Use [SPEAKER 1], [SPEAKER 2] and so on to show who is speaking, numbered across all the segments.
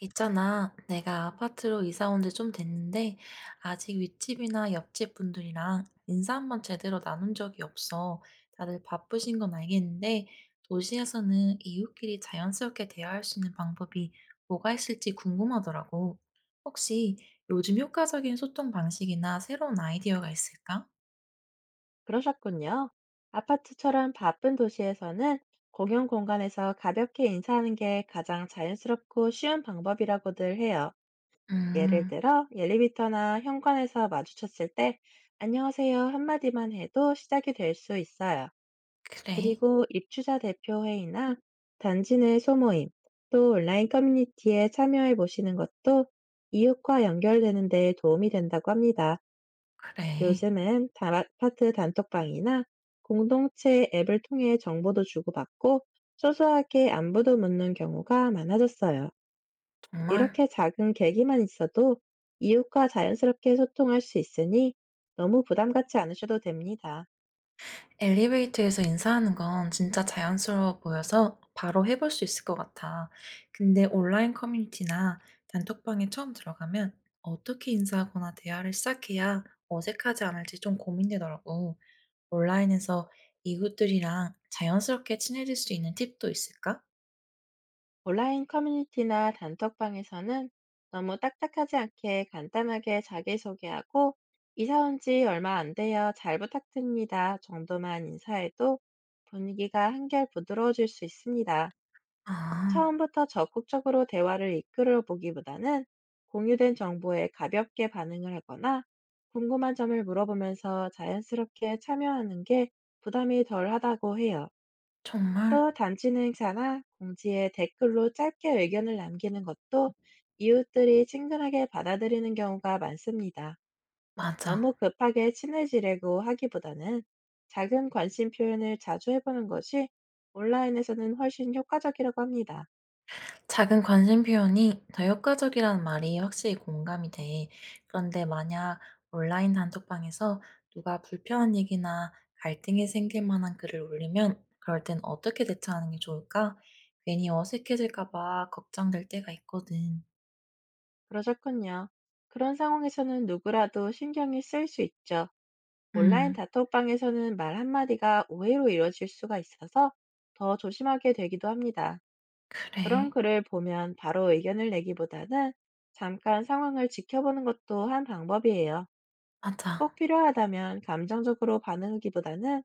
[SPEAKER 1] 있잖아, 내가 아파트로 이사 온 지 좀 됐는데, 아직 윗집이나 옆집 분들이랑 인사 한번 제대로 나눈 적이 없어. 다들 바쁘신 건 알겠는데, 도시에서는 이웃끼리 자연스럽게 대화할 수 있는 방법이 뭐가 있을지 궁금하더라고. 혹시 요즘 효과적인 소통 방식이나 새로운 아이디어가 있을까?
[SPEAKER 2] 그러셨군요. 아파트처럼 바쁜 도시에서는 공용 공간에서 가볍게 인사하는 게 가장 자연스럽고 쉬운 방법이라고들 해요. 예를
[SPEAKER 1] 음,
[SPEAKER 2] 들어, 엘리베이터나 현관에서 마주쳤을 때, 안녕하세요 한마디만 해도 시작이 될 수 있어요.
[SPEAKER 1] 그래,
[SPEAKER 2] 그리고 입주자 대표 회의나 단지 내 소모임, 또 온라인 커뮤니티에 참여해 보시는 것도 이웃과 연결되는 데 도움이 된다고 합니다.
[SPEAKER 1] 그래,
[SPEAKER 2] 요즘은 다 아파트 단톡방이나 공동체 앱을 통해 정보도 주고받고 소소하게 안부도 묻는 경우가 많아졌어요.
[SPEAKER 1] 정말.
[SPEAKER 2] 이렇게 작은 계기만 있어도 이웃과 자연스럽게 소통할 수 있으니 너무 부담 갖지 않으셔도 됩니다.
[SPEAKER 1] 엘리베이터에서 인사하는 건 진짜 자연스러워 보여서 바로 해볼 수 있을 것 같아. 근데 온라인 커뮤니티나 단톡방에 처음 들어가면 어떻게 인사하거나 대화를 시작해야 어색하지 않을지 좀 고민되더라고. 온라인에서 이웃들이랑 자연스럽게 친해질 수 있는 팁도 있을까?
[SPEAKER 2] 온라인 커뮤니티나 단톡방에서는 너무 딱딱하지 않게 간단하게 자기소개하고 이사 온 지 얼마 안 돼요. 잘 부탁드립니다. 정도만 인사해도 분위기가 한결 부드러워질 수 있습니다.
[SPEAKER 1] 아,
[SPEAKER 2] 처음부터 적극적으로 대화를 이끌어 보기보다는 공유된 정보에 가볍게 반응을 하거나 궁금한 점을 물어보면서 자연스럽게 참여하는 게 부담이 덜 하다고 해요.
[SPEAKER 1] 정말?
[SPEAKER 2] 또 단체 행사나 공지에 댓글로 짧게 의견을 남기는 것도 이웃들이 친근하게 받아들이는 경우가 많습니다. 너무
[SPEAKER 1] 맞아.
[SPEAKER 2] 급하게 친해지려고 하기보다는 작은 관심 표현을 자주 해보는 것이 온라인에서는 훨씬 효과적이라고 합니다.
[SPEAKER 1] 작은 관심 표현이 더 효과적이라는 말이 확실히 공감이 돼. 그런데 만약 온라인 단톡방에서 누가 불편한 얘기나 갈등이 생길 만한 글을 올리면 그럴 땐 어떻게 대처하는 게 좋을까? 괜히 어색해질까 봐 걱정될 때가 있거든.
[SPEAKER 2] 그러셨군요. 그런 상황에서는 누구라도 신경이 쓰일 수 있죠. 온라인
[SPEAKER 1] 음,
[SPEAKER 2] 단톡방에서는 말 한마디가 오해로 이뤄질 수가 있어서 더 조심하게 되기도 합니다. 그런
[SPEAKER 1] 그래.
[SPEAKER 2] 글을 보면 바로 의견을 내기보다는 잠깐 상황을 지켜보는 것도 한 방법이에요. 꼭
[SPEAKER 1] 맞아.
[SPEAKER 2] 필요하다면 감정적으로 반응하기보다는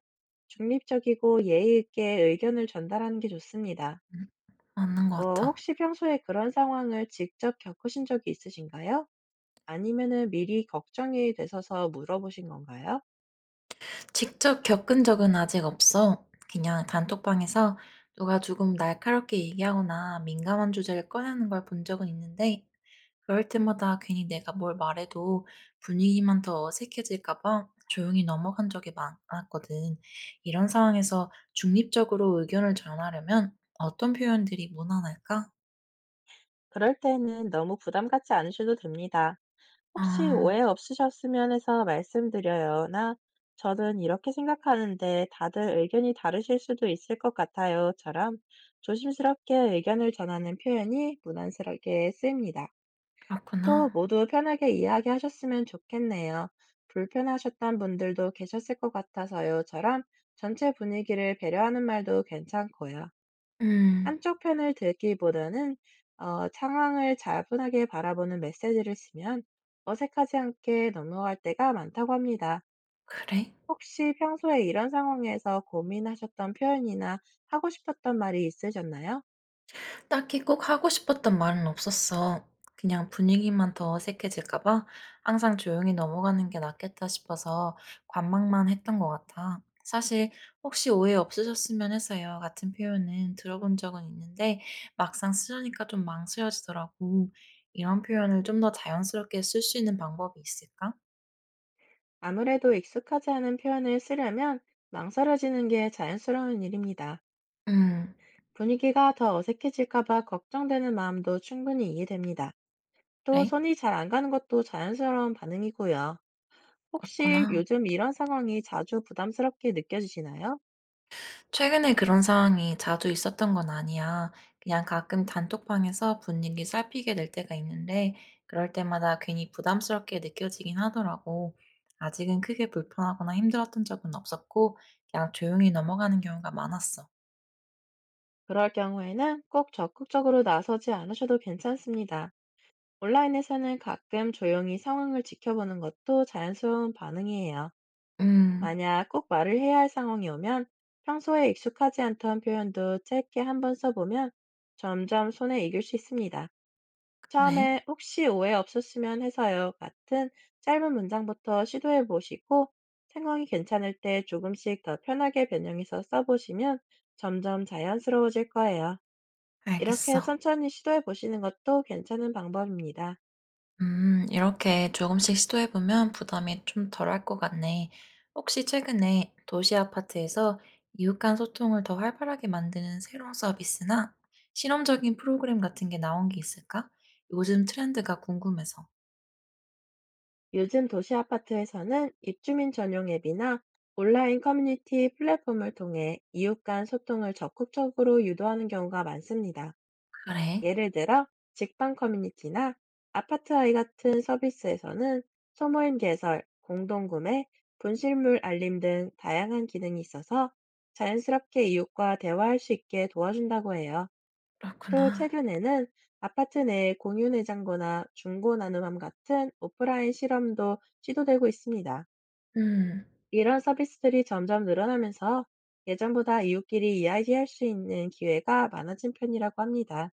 [SPEAKER 2] 중립적이고 예의 있게 의견을 전달하는 게 좋습니다.
[SPEAKER 1] 음, 맞는 것 같아.
[SPEAKER 2] 혹시 평소에 그런 상황을 직접 겪으신 적이 있으신가요? 아니면은 미리 걱정이 되셔서 물어보신 건가요?
[SPEAKER 1] 직접 겪은 적은 아직 없어. 그냥 단톡방에서 누가 조금 날카롭게 얘기하거나 민감한 주제를 꺼내는 걸 본 적은 있는데 그럴 때마다 괜히 내가 뭘 말해도 분위기만 더 어색해질까 봐 조용히 넘어간 적이 많았거든. 이런 상황에서 중립적으로 의견을 전하려면 어떤 표현들이 무난할까?
[SPEAKER 2] 그럴 때는 너무 부담 갖지 않으셔도 됩니다. 혹시 오해
[SPEAKER 1] 아,
[SPEAKER 2] 없으셨으면 해서 말씀드려요. 나 저는 이렇게 생각하는데 다들 의견이 다르실 수도 있을 것 같아요.처럼 조심스럽게 의견을 전하는 표현이 무난스럽게 쓰입니다. 또
[SPEAKER 1] 그렇구나.
[SPEAKER 2] 모두 편하게 이야기하셨으면 좋겠네요. 불편하셨던 분들도 계셨을 것 같아서요.처럼 전체 분위기를 배려하는 말도 괜찮고요.
[SPEAKER 1] 음,
[SPEAKER 2] 한쪽 편을 들기보다는 상황을 차분하게 바라보는 메시지를 쓰면 어색하지 않게 넘어갈 때가 많다고 합니다.
[SPEAKER 1] 그래?
[SPEAKER 2] 혹시 평소에 이런 상황에서 고민하셨던 표현이나 하고 싶었던 말이 있으셨나요?
[SPEAKER 1] 딱히 꼭 하고 싶었던 말은 없었어. 그냥 분위기만 더 어색해질까 봐 항상 조용히 넘어가는 게 낫겠다 싶어서 관망만 했던 것 같아. 사실 혹시 오해 없으셨으면 해서요. 같은 표현은 들어본 적은 있는데 막상 쓰려니까 좀 망설여지더라고. 이런 표현을 좀 더 자연스럽게 쓸 수 있는 방법이 있을까?
[SPEAKER 2] 아무래도 익숙하지 않은 표현을 쓰려면 망설여지는 게 자연스러운 일입니다.
[SPEAKER 1] 음,
[SPEAKER 2] 분위기가 더 어색해질까 봐 걱정되는 마음도 충분히 이해됩니다. 또
[SPEAKER 1] 그래?
[SPEAKER 2] 손이 잘 안 가는 것도 자연스러운 반응이고요. 혹시
[SPEAKER 1] 맞구나.
[SPEAKER 2] 요즘 이런 상황이 자주 부담스럽게 느껴지시나요?
[SPEAKER 1] 최근에 그런 상황이 자주 있었던 건 아니야. 그냥 가끔 단톡방에서 분위기 살피게 될 때가 있는데, 그럴 때마다 괜히 부담스럽게 느껴지긴 하더라고. 아직은 크게 불편하거나 힘들었던 적은 없었고, 그냥 조용히 넘어가는 경우가 많았어.
[SPEAKER 2] 그럴 경우에는 꼭 적극적으로 나서지 않으셔도 괜찮습니다. 온라인에서는 가끔 조용히 상황을 지켜보는 것도 자연스러운 반응이에요.
[SPEAKER 1] 음,
[SPEAKER 2] 만약 꼭 말을 해야 할 상황이 오면 평소에 익숙하지 않던 표현도 짧게 한번 써보면 점점 손에 익을 수 있습니다.
[SPEAKER 1] 그래?
[SPEAKER 2] 처음에 "혹시 오해 없었으면 해서요." 같은 짧은 문장부터 시도해 보시고 상황이 괜찮을 때 조금씩 더 편하게 변형해서 써 보시면 점점 자연스러워질 거예요. 이렇게
[SPEAKER 1] 알겠어.
[SPEAKER 2] 천천히 시도해 보시는 것도 괜찮은 방법입니다.
[SPEAKER 1] 이렇게 조금씩 시도해보면 부담이 좀 덜할 것 같네. 혹시 최근에 도시 아파트에서 이웃 간 소통을 더 활발하게 만드는 새로운 서비스나 실험적인 프로그램 같은 게 나온 게 있을까? 요즘 트렌드가 궁금해서.
[SPEAKER 2] 요즘 도시 아파트에서는 입주민 전용 앱이나 온라인 커뮤니티 플랫폼을 통해 이웃 간 소통을 적극적으로 유도하는 경우가 많습니다.
[SPEAKER 1] 그래,
[SPEAKER 2] 예를 들어 직방 커뮤니티나 아파트아이 같은 서비스에서는 소모임 개설, 공동구매, 분실물 알림 등 다양한 기능이 있어서 자연스럽게 이웃과 대화할 수 있게 도와준다고 해요. 또
[SPEAKER 1] 그렇구나.
[SPEAKER 2] 최근에는 아파트 내 공유 내장고나 중고 나눔함 같은 오프라인 실험도 시도되고 있습니다.
[SPEAKER 1] 음.
[SPEAKER 2] 이런 서비스들이 점점 늘어나면서 예전보다 이웃끼리 이야기할 수 있는 기회가 많아진 편이라고 합니다.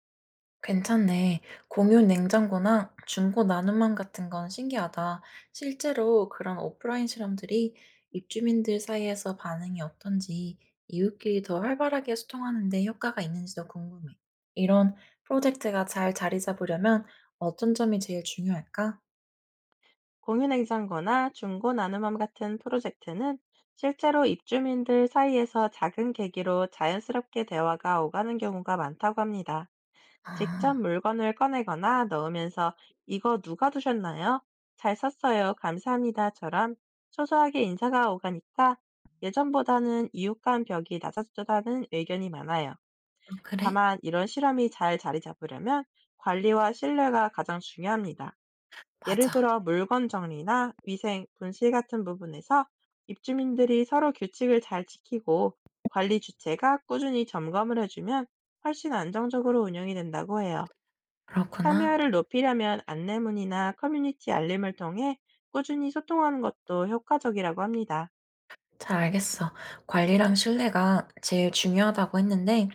[SPEAKER 1] 괜찮네. 공유 냉장고나 중고 나눔함 같은 건 신기하다. 실제로 그런 오프라인 실험들이 입주민들 사이에서 반응이 어떤지, 이웃끼리 더 활발하게 소통하는데 효과가 있는지도 궁금해. 이런 프로젝트가 잘 자리 잡으려면 어떤 점이 제일 중요할까?
[SPEAKER 2] 공유 냉장고나 중고 나눔함 같은 프로젝트는 실제로 입주민들 사이에서 작은 계기로 자연스럽게 대화가 오가는 경우가 많다고 합니다. 직접
[SPEAKER 1] 아,
[SPEAKER 2] 물건을 꺼내거나 넣으면서 이거 누가 두셨나요? 잘 썼어요. 감사합니다처럼 소소하게 인사가 오가니까 예전보다는 이웃 간 벽이 낮아졌다는 의견이 많아요.
[SPEAKER 1] 그래?
[SPEAKER 2] 다만 이런 실험이 잘 자리 잡으려면 관리와 신뢰가 가장 중요합니다. 예를
[SPEAKER 1] 맞아.
[SPEAKER 2] 들어 물건 정리나 위생, 분실 같은 부분에서 입주민들이 서로 규칙을 잘 지키고 관리 주체가 꾸준히 점검을 해주면 훨씬 안정적으로 운영이 된다고 해요.
[SPEAKER 1] 그렇구나.
[SPEAKER 2] 참여율을 높이려면 안내문이나 커뮤니티 알림을 통해 꾸준히 소통하는 것도 효과적이라고 합니다.
[SPEAKER 1] 잘 알겠어. 관리랑 신뢰가 제일 중요하다고 했는데,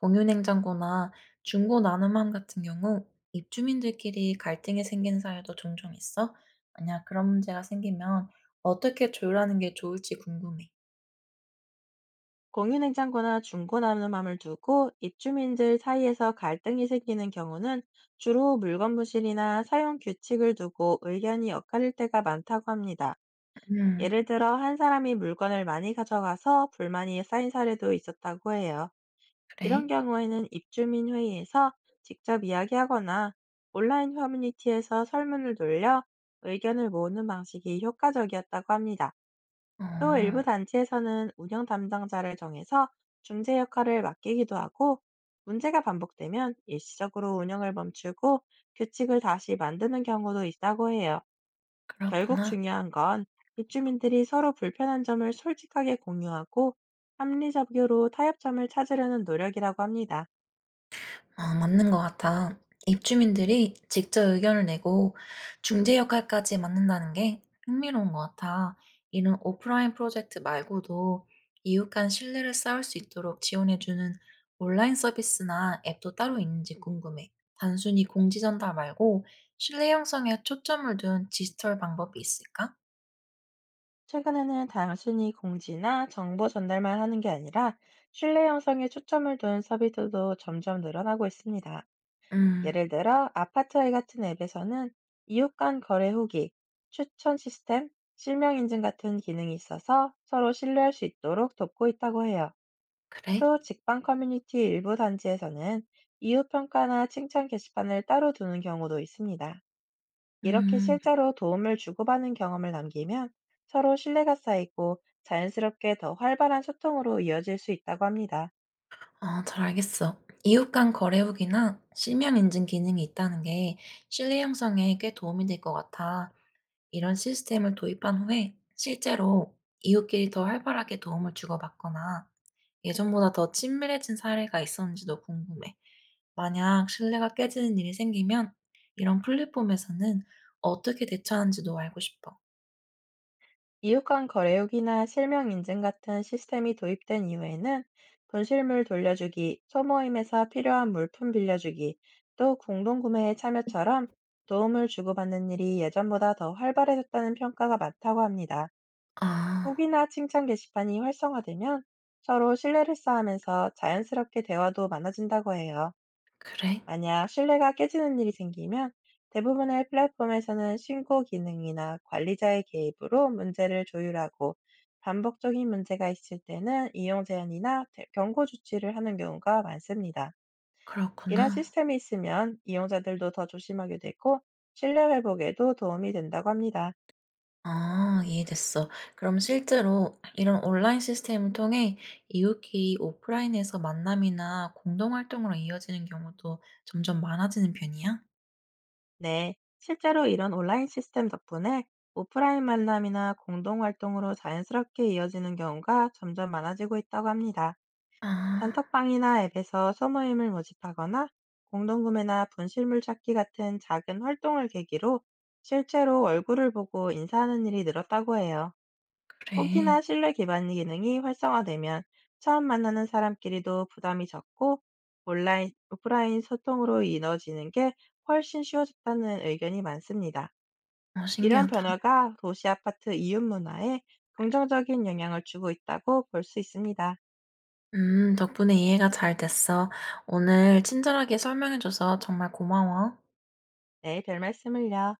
[SPEAKER 1] 공유냉장고나 중고 나눔함 같은 경우, 입주민들끼리 갈등이 생긴 사례도 종종 있어. 만약 그런 문제가 생기면 어떻게 조율하는 게 좋을지 궁금해.
[SPEAKER 2] 공유냉장고나 중고나무함을 두고 입주민들 사이에서 갈등이 생기는 경우는 주로 물건 부실이나 사용 규칙을 두고 의견이 엇갈릴 때가 많다고 합니다.
[SPEAKER 1] 음,
[SPEAKER 2] 예를 들어 한 사람이 물건을 많이 가져가서 불만이 쌓인 사례도 있었다고 해요.
[SPEAKER 1] 그래?
[SPEAKER 2] 이런 경우에는 입주민 회의에서 직접 이야기하거나 온라인 커뮤니티에서 설문을 돌려 의견을 모으는 방식이 효과적이었다고 합니다.
[SPEAKER 1] 어,
[SPEAKER 2] 또 일부 단체에서는 운영 담당자를 정해서 중재 역할을 맡기기도 하고 문제가 반복되면 일시적으로 운영을 멈추고 규칙을 다시 만드는 경우도 있다고 해요. 결국
[SPEAKER 1] 그렇구나.
[SPEAKER 2] 중요한 건 입주민들이 서로 불편한 점을 솔직하게 공유하고 합리적으로 타협점을 찾으려는 노력이라고 합니다.
[SPEAKER 1] 아, 맞는 것 같아. 입주민들이 직접 의견을 내고 중재 역할까지 맡는다는 게 흥미로운 것 같아. 이런 오프라인 프로젝트 말고도 이웃 간 신뢰를 쌓을 수 있도록 지원해주는 온라인 서비스나 앱도 따로 있는지 궁금해. 단순히 공지 전달 말고 신뢰 형성에 초점을 둔 디지털 방법이 있을까?
[SPEAKER 2] 최근에는 단순히 공지나 정보 전달만 하는 게 아니라 신뢰 형성에 초점을 둔 서비스도 점점 늘어나고 있습니다.
[SPEAKER 1] 음,
[SPEAKER 2] 예를 들어 아파트알 같은 앱에서는 이웃 간 거래 후기, 추천 시스템, 실명 인증 같은 기능이 있어서 서로 신뢰할 수 있도록 돕고 있다고 해요.
[SPEAKER 1] 그래?
[SPEAKER 2] 또 직방 커뮤니티 일부 단지에서는 이웃 평가나 칭찬 게시판을 따로 두는 경우도 있습니다. 이렇게
[SPEAKER 1] 음.
[SPEAKER 2] 실제로 도움을 주고받는 경험을 남기면 서로 신뢰가 쌓이고 자연스럽게 더 활발한 소통으로 이어질 수 있다고 합니다.
[SPEAKER 1] 아, 잘 알겠어. 이웃 간 거래 후기나 실명 인증 기능이 있다는 게 신뢰 형성에 꽤 도움이 될 것 같아. 이런 시스템을 도입한 후에 실제로 이웃끼리 더 활발하게 도움을 주고받거나 예전보다 더 친밀해진 사례가 있었는지도 궁금해. 만약 신뢰가 깨지는 일이 생기면 이런 플랫폼에서는 어떻게 대처하는지도 알고 싶어.
[SPEAKER 2] 이웃 간 거래 후기나 실명 인증 같은 시스템이 도입된 이후에는 분실물 돌려주기, 소모임에서 필요한 물품 빌려주기, 또 공동구매에 참여처럼 도움을 주고받는 일이 예전보다 더 활발해졌다는 평가가 많다고 합니다.
[SPEAKER 1] 아,
[SPEAKER 2] 후기나 칭찬 게시판이 활성화되면 서로 신뢰를 쌓으면서 자연스럽게 대화도 많아진다고 해요.
[SPEAKER 1] 그래?
[SPEAKER 2] 만약 신뢰가 깨지는 일이 생기면 대부분의 플랫폼에서는 신고 기능이나 관리자의 개입으로 문제를 조율하고 반복적인 문제가 있을 때는 이용 제한이나 경고 조치를 하는 경우가 많습니다. 이런
[SPEAKER 1] 그렇구나.
[SPEAKER 2] 시스템이 있으면 이용자들도 더 조심하게 되고 신뢰 회복에도 도움이 된다고 합니다.
[SPEAKER 1] 아 이해됐어. 그럼 실제로 이런 온라인 시스템을 통해 이웃끼리 오프라인에서 만남이나 공동 활동으로 이어지는 경우도 점점 많아지는 편이야?
[SPEAKER 2] 네, 실제로 이런 온라인 시스템 덕분에 오프라인 만남이나 공동 활동으로 자연스럽게 이어지는 경우가 점점 많아지고 있다고 합니다.
[SPEAKER 1] 아
[SPEAKER 2] 단톡방이나 앱에서 소모임을 모집하거나 공동구매나 분실물 찾기 같은 작은 활동을 계기로 실제로 얼굴을 보고 인사하는 일이 늘었다고 해요. 후기나
[SPEAKER 1] 그래.
[SPEAKER 2] 신뢰 기반 기능이 활성화되면 처음 만나는 사람끼리도 부담이 적고 온라인, 오프라인 소통으로 이뤄지는 게 훨씬 쉬워졌다는 의견이 많습니다.
[SPEAKER 1] 어
[SPEAKER 2] 이런
[SPEAKER 1] 신기하다.
[SPEAKER 2] 변화가 도시 아파트 이웃 문화에 긍정적인 영향을 주고 있다고 볼 수 있습니다.
[SPEAKER 1] 덕분에 이해가 잘 됐어. 오늘 친절하게 설명해줘서 정말 고마워.
[SPEAKER 2] 네, 별 말씀을요.